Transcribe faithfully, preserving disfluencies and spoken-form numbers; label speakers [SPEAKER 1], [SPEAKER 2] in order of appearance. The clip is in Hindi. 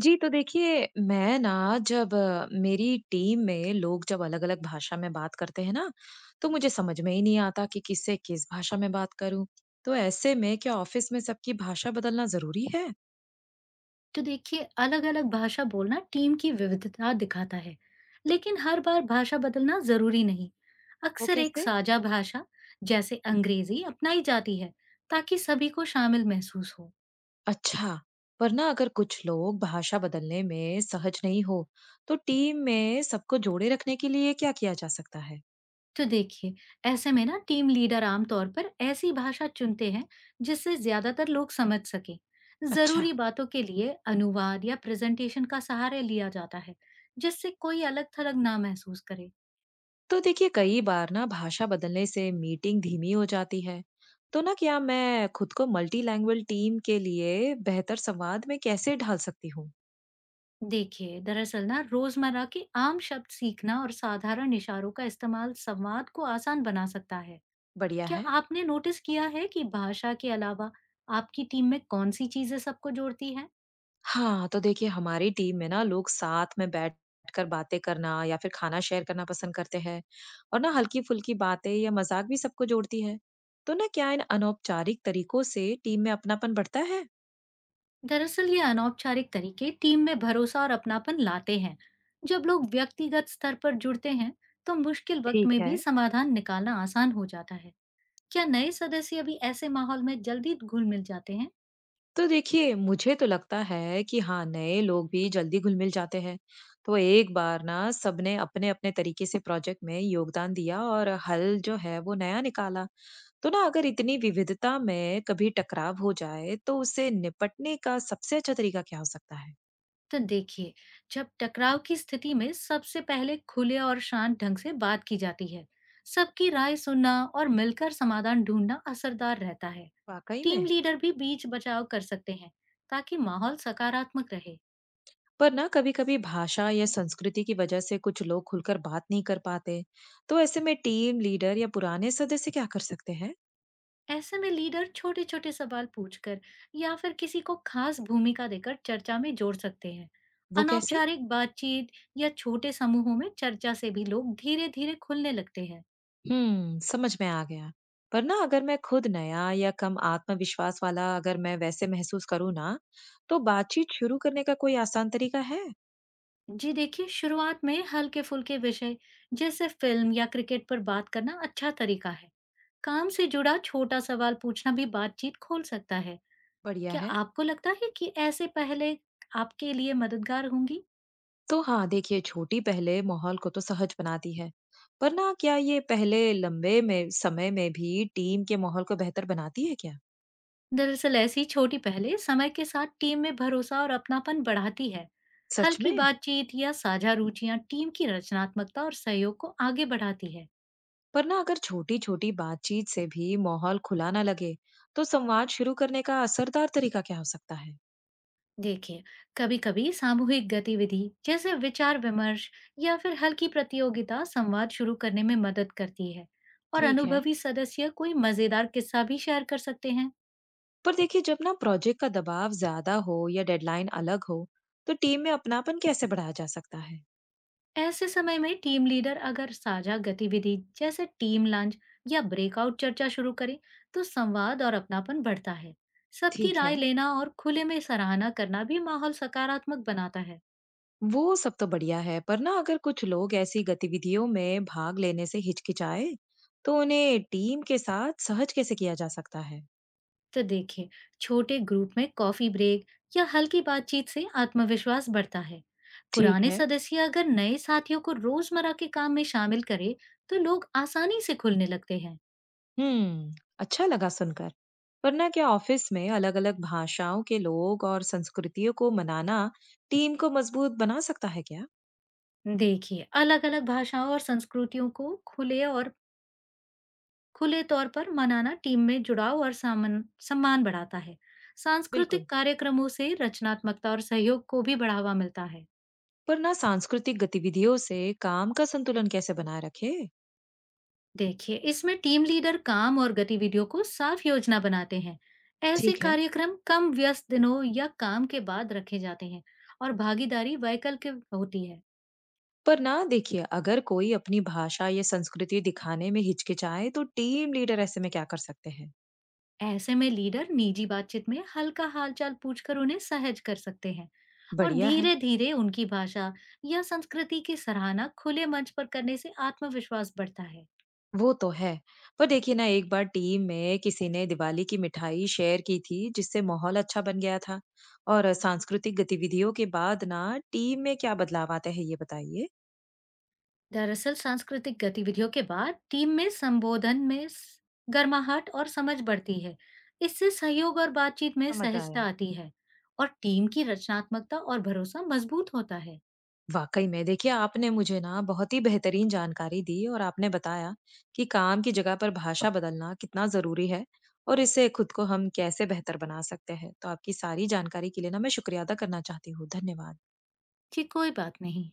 [SPEAKER 1] जी, तो देखिए, मैं ना जब अ, मेरी टीम में लोग जब अलग-अलग भाषा में बात करते हैं ना, तो मुझे समझ में ही नहीं आता कि किससे किस भाषा में बात करूँ। तो ऐसे में क्या ऑफ़िस में सबकी भाषा बदलना ज़रूरी है?
[SPEAKER 2] तो देखिए अलग-अलग भाषा बोलना टीम की विविधता दिखाता है। लेकिन हर बार भाषा बदलना जरूरी नहीं।
[SPEAKER 1] वो
[SPEAKER 2] अक्सर एक
[SPEAKER 1] कैसे?
[SPEAKER 2] साझा भाषा जैसे अंग्रेजी अपनाई जाती है, ताकि सभी को शामिल महसूस हो।
[SPEAKER 1] अच्छा, पर ना अगर कुछ लोग भाषा बदलने में सहज नहीं हो, तो टीम में सबको जोड़े रखने के लिए क्या किया जा सकता है?
[SPEAKER 2] तो देखिए, ऐसे में ना टीम लीडर आमतौर पर ऐसी भाषा चुनते हैं जिससे ज्यादातर लोग समझ सकें।
[SPEAKER 1] अच्छा।
[SPEAKER 2] जरूरी बातों के लिए अनुवाद या प्रेजेंटेशन का सहारा लिया जाता है, जिससे कोई अलग थलग ना महसूस करे।
[SPEAKER 1] तो देखिए कई बार ना भाषा बदलने से मीटिंग धीमी हो जाती है। तो ना क्या मैं खुद को मल्टी लैंग्वेज टीम के लिए बेहतर संवाद में कैसे ढाल सकती हूँ?
[SPEAKER 2] देखिए दरअसल ना रोजमर्रा के आम शब्द सीखना और साधारण इशारों का इस्तेमाल संवाद को आसान बना सकता है।
[SPEAKER 1] बढ़िया
[SPEAKER 2] क्या
[SPEAKER 1] है।
[SPEAKER 2] आपने नोटिस किया है कि भाषा के अलावा आपकी टीम में कौन सी चीजें सबको जोड़ती हैं?
[SPEAKER 1] हाँ, तो देखिए हमारी टीम में ना लोग साथ में बैठ कर बातें करना या फिर खाना शेयर करना पसंद करते हैं। और ना हल्की फुल्की बातें या मजाक भी सबको जोड़ती है। तो ना क्या इन अनौपचारिक तरीकों से टीम में अपनापन बढ़ता है?
[SPEAKER 2] दरअसल ये अनौपचारिक तरीके टीम में भरोसा और अपनापन लाते हैं। जब लोग व्यक्तिगत स्तर पर जुड़ते हैं, तो मुश्किल वक्त
[SPEAKER 1] ठीक
[SPEAKER 2] में
[SPEAKER 1] है।
[SPEAKER 2] भी समाधान निकालना आसान हो जाता है। क्या नए सदस्य भी ऐसे माहौल में जल्दी घुल मिल जाते हैं?
[SPEAKER 1] तो देखिए मुझे तो लगता है कि हाँ, नए लोग भी जल्दी घुल मिल जाते हैं। तो एक बार ना सबने अपने अपने तरीके से प्रोजेक्ट में योगदान दिया और हल जो है वो नया निकाला। तो ना अगर इतनी विविधता में कभी टकराव हो जाए तो उससे निपटने का सबसे अच्छा तरीका क्या हो सकता है?
[SPEAKER 2] तो देखिए, जब टकराव की स्थिति में सबसे पहले खुले और शांत ढंग से बात की जाती है, सबकी राय सुनना और मिलकर समाधान ढूंढना असरदार रहता है।
[SPEAKER 1] वाकई
[SPEAKER 2] टीम
[SPEAKER 1] में।
[SPEAKER 2] लीडर भी बीच बचाव कर सकते हैं, ताकि माहौल सकारात्मक रहे।
[SPEAKER 1] पर ना कभी कभी भाषा या संस्कृति की वजह से कुछ लोग खुलकर बात नहीं कर पाते, तो ऐसे में टीम लीडर या पुराने सदस्य क्या कर सकते हैं?
[SPEAKER 2] ऐसे में लीडर छोटे छोटे सवाल पूछकर या फिर किसी को खास भूमिका देकर चर्चा में जोड़ सकते हैं।
[SPEAKER 1] वो कैसे?
[SPEAKER 2] अनौपचारिक बातचीत या छोटे समूहों में चर्चा से भी लोग धीरे धीरे खुलने लगते हैं।
[SPEAKER 1] हुँ, समझ में आ गया। पर ना अगर मैं खुद नया या कम आत्मविश्वास वाला अगर मैं वैसे महसूस करूँ ना, तो बातचीत शुरू करने का कोई आसान तरीका है?
[SPEAKER 2] जी देखिए, शुरुआत में हल्के-फुल्के विषय जैसे फिल्म या क्रिकेट पर बात करना अच्छा तरीका है। काम से जुड़ा छोटा सवाल पूछना भी बातचीत खोल सकता है।
[SPEAKER 1] बढ़िया
[SPEAKER 2] क्या
[SPEAKER 1] है।
[SPEAKER 2] आपको लगता है कि ऐसे पहले आपके लिए मददगार होंगी?
[SPEAKER 1] तो हाँ, देखिए छोटी पहले माहौल को तो सहज बनाती है। पर ना क्या ये पहले लंबे में समय में भी टीम के माहौल को बेहतर बनाती है क्या?
[SPEAKER 2] दरअसल ऐसी छोटी पहले समय के साथ टीम में भरोसा और अपनापन बढ़ाती है।
[SPEAKER 1] सच
[SPEAKER 2] हल्की
[SPEAKER 1] में?
[SPEAKER 2] बातचीत या साझा रुचियां टीम की रचनात्मकता और सहयोग को आगे बढ़ाती है।
[SPEAKER 1] पर ना अगर छोटी-छोटी बातचीत से भी माहौल खुला ना लगे, तो संवाद शुरू करने का असरदार तरीका क्या हो सकता है?
[SPEAKER 2] देखिए, कभी कभी सामूहिक गतिविधि जैसे विचार विमर्श या फिर हल्की प्रतियोगिता संवाद शुरू करने में मदद करती है। और
[SPEAKER 1] ठीक है।
[SPEAKER 2] अनुभवी सदस्य कोई मजेदार किस्सा भी शेयर कर सकते हैं।
[SPEAKER 1] पर देखिए जब ना प्रोजेक्ट का दबाव ज्यादा हो या डेडलाइन अलग हो तो टीम में अपनापन कैसे बढ़ाया जा सकता है?
[SPEAKER 2] ऐसे समय में टीम लीडर अगर साझा गतिविधि जैसे टीम लंच या ब्रेकआउट चर्चा शुरू करें, तो संवाद और अपनापन बढ़ता है। सबकी
[SPEAKER 1] ठीक है।
[SPEAKER 2] राय लेना और खुले में सराहना करना भी माहौल सकारात्मक बनाता है।
[SPEAKER 1] वो सब तो बढ़िया है, पर ना अगर कुछ लोग ऐसी गतिविधियों में भाग लेने से हिचकिचाए तो उन्हें टीम के साथ सहज कैसे किया जा सकता है?
[SPEAKER 2] तो देखिए, छोटे ग्रुप में कॉफी ब्रेक या हल्की बातचीत से आत्मविश्वास बढ़ता है।
[SPEAKER 1] ठीक
[SPEAKER 2] पुराने
[SPEAKER 1] है।
[SPEAKER 2] सदस्य अगर नए साथियों को रोजमर्रा के काम में शामिल करे, तो लोग आसानी से खुलने लगते हैं।
[SPEAKER 1] हम्म, अच्छा लगा सुनकर। पर ना क्या ऑफिस में अलग अलग भाषाओं के लोग और संस्कृतियों को मनाना टीम को मजबूत बना सकता है क्या?
[SPEAKER 2] देखिए अलग अलग भाषाओं और संस्कृतियों को खुले और खुले तौर पर मनाना टीम में जुड़ाव और सामन, सम्मान बढ़ाता है।
[SPEAKER 1] बिल्कुल।
[SPEAKER 2] सांस्कृतिक कार्यक्रमों से रचनात्मकता और सहयोग को भी बढ़ावा मिलता है।
[SPEAKER 1] पर ना सांस्कृतिक गतिविधियों से काम का संतुलन कैसे बनाए रखे?
[SPEAKER 2] देखिए इसमें टीम लीडर काम और गतिविधियों को साफ योजना बनाते हैं। ऐसे
[SPEAKER 1] ठीक है।
[SPEAKER 2] कार्यक्रम कम व्यस्त दिनों या काम के बाद रखे जाते हैं, और भागीदारी वैकल्पिक होती है।
[SPEAKER 1] पर ना देखिए अगर कोई अपनी भाषा या संस्कृति दिखाने में हिचकिचाए तो टीम लीडर ऐसे में क्या कर सकते हैं?
[SPEAKER 2] ऐसे में लीडर निजी बातचीत में हल्का हालचाल पूछकर उन्हें सहज कर सकते हैं। और
[SPEAKER 1] बढ़िया है।
[SPEAKER 2] धीरे धीरे उनकी भाषा या संस्कृति की सराहना खुले मंच पर करने से आत्मविश्वास बढ़ता है।
[SPEAKER 1] वो तो है। पर देखिए ना एक बार टीम में किसी ने दिवाली की मिठाई शेयर की थी जिससे माहौल अच्छा बन गया था। और सांस्कृतिक गतिविधियों के बाद ना टीम में क्या बदलाव आते हैं ये बताइए।
[SPEAKER 2] दरअसल सांस्कृतिक गतिविधियों के बाद टीम में संबोधन में स- गर्माहट और समझ बढ़ती है। इससे सहयोग और बातचीत में
[SPEAKER 1] समझ
[SPEAKER 2] सहजता
[SPEAKER 1] आया।
[SPEAKER 2] आती है। और टीम की रचनात्मकता और भरोसा मजबूत होता है।
[SPEAKER 1] वाकई में, देखिए आपने मुझे ना बहुत ही बेहतरीन जानकारी दी और आपने बताया कि काम की जगह पर भाषा बदलना कितना जरूरी है और इससे खुद को हम कैसे बेहतर बना सकते हैं। तो आपकी सारी जानकारी के लिए ना मैं शुक्रिया अदा करना चाहती हूँ। धन्यवाद।
[SPEAKER 2] जी कोई बात नहीं।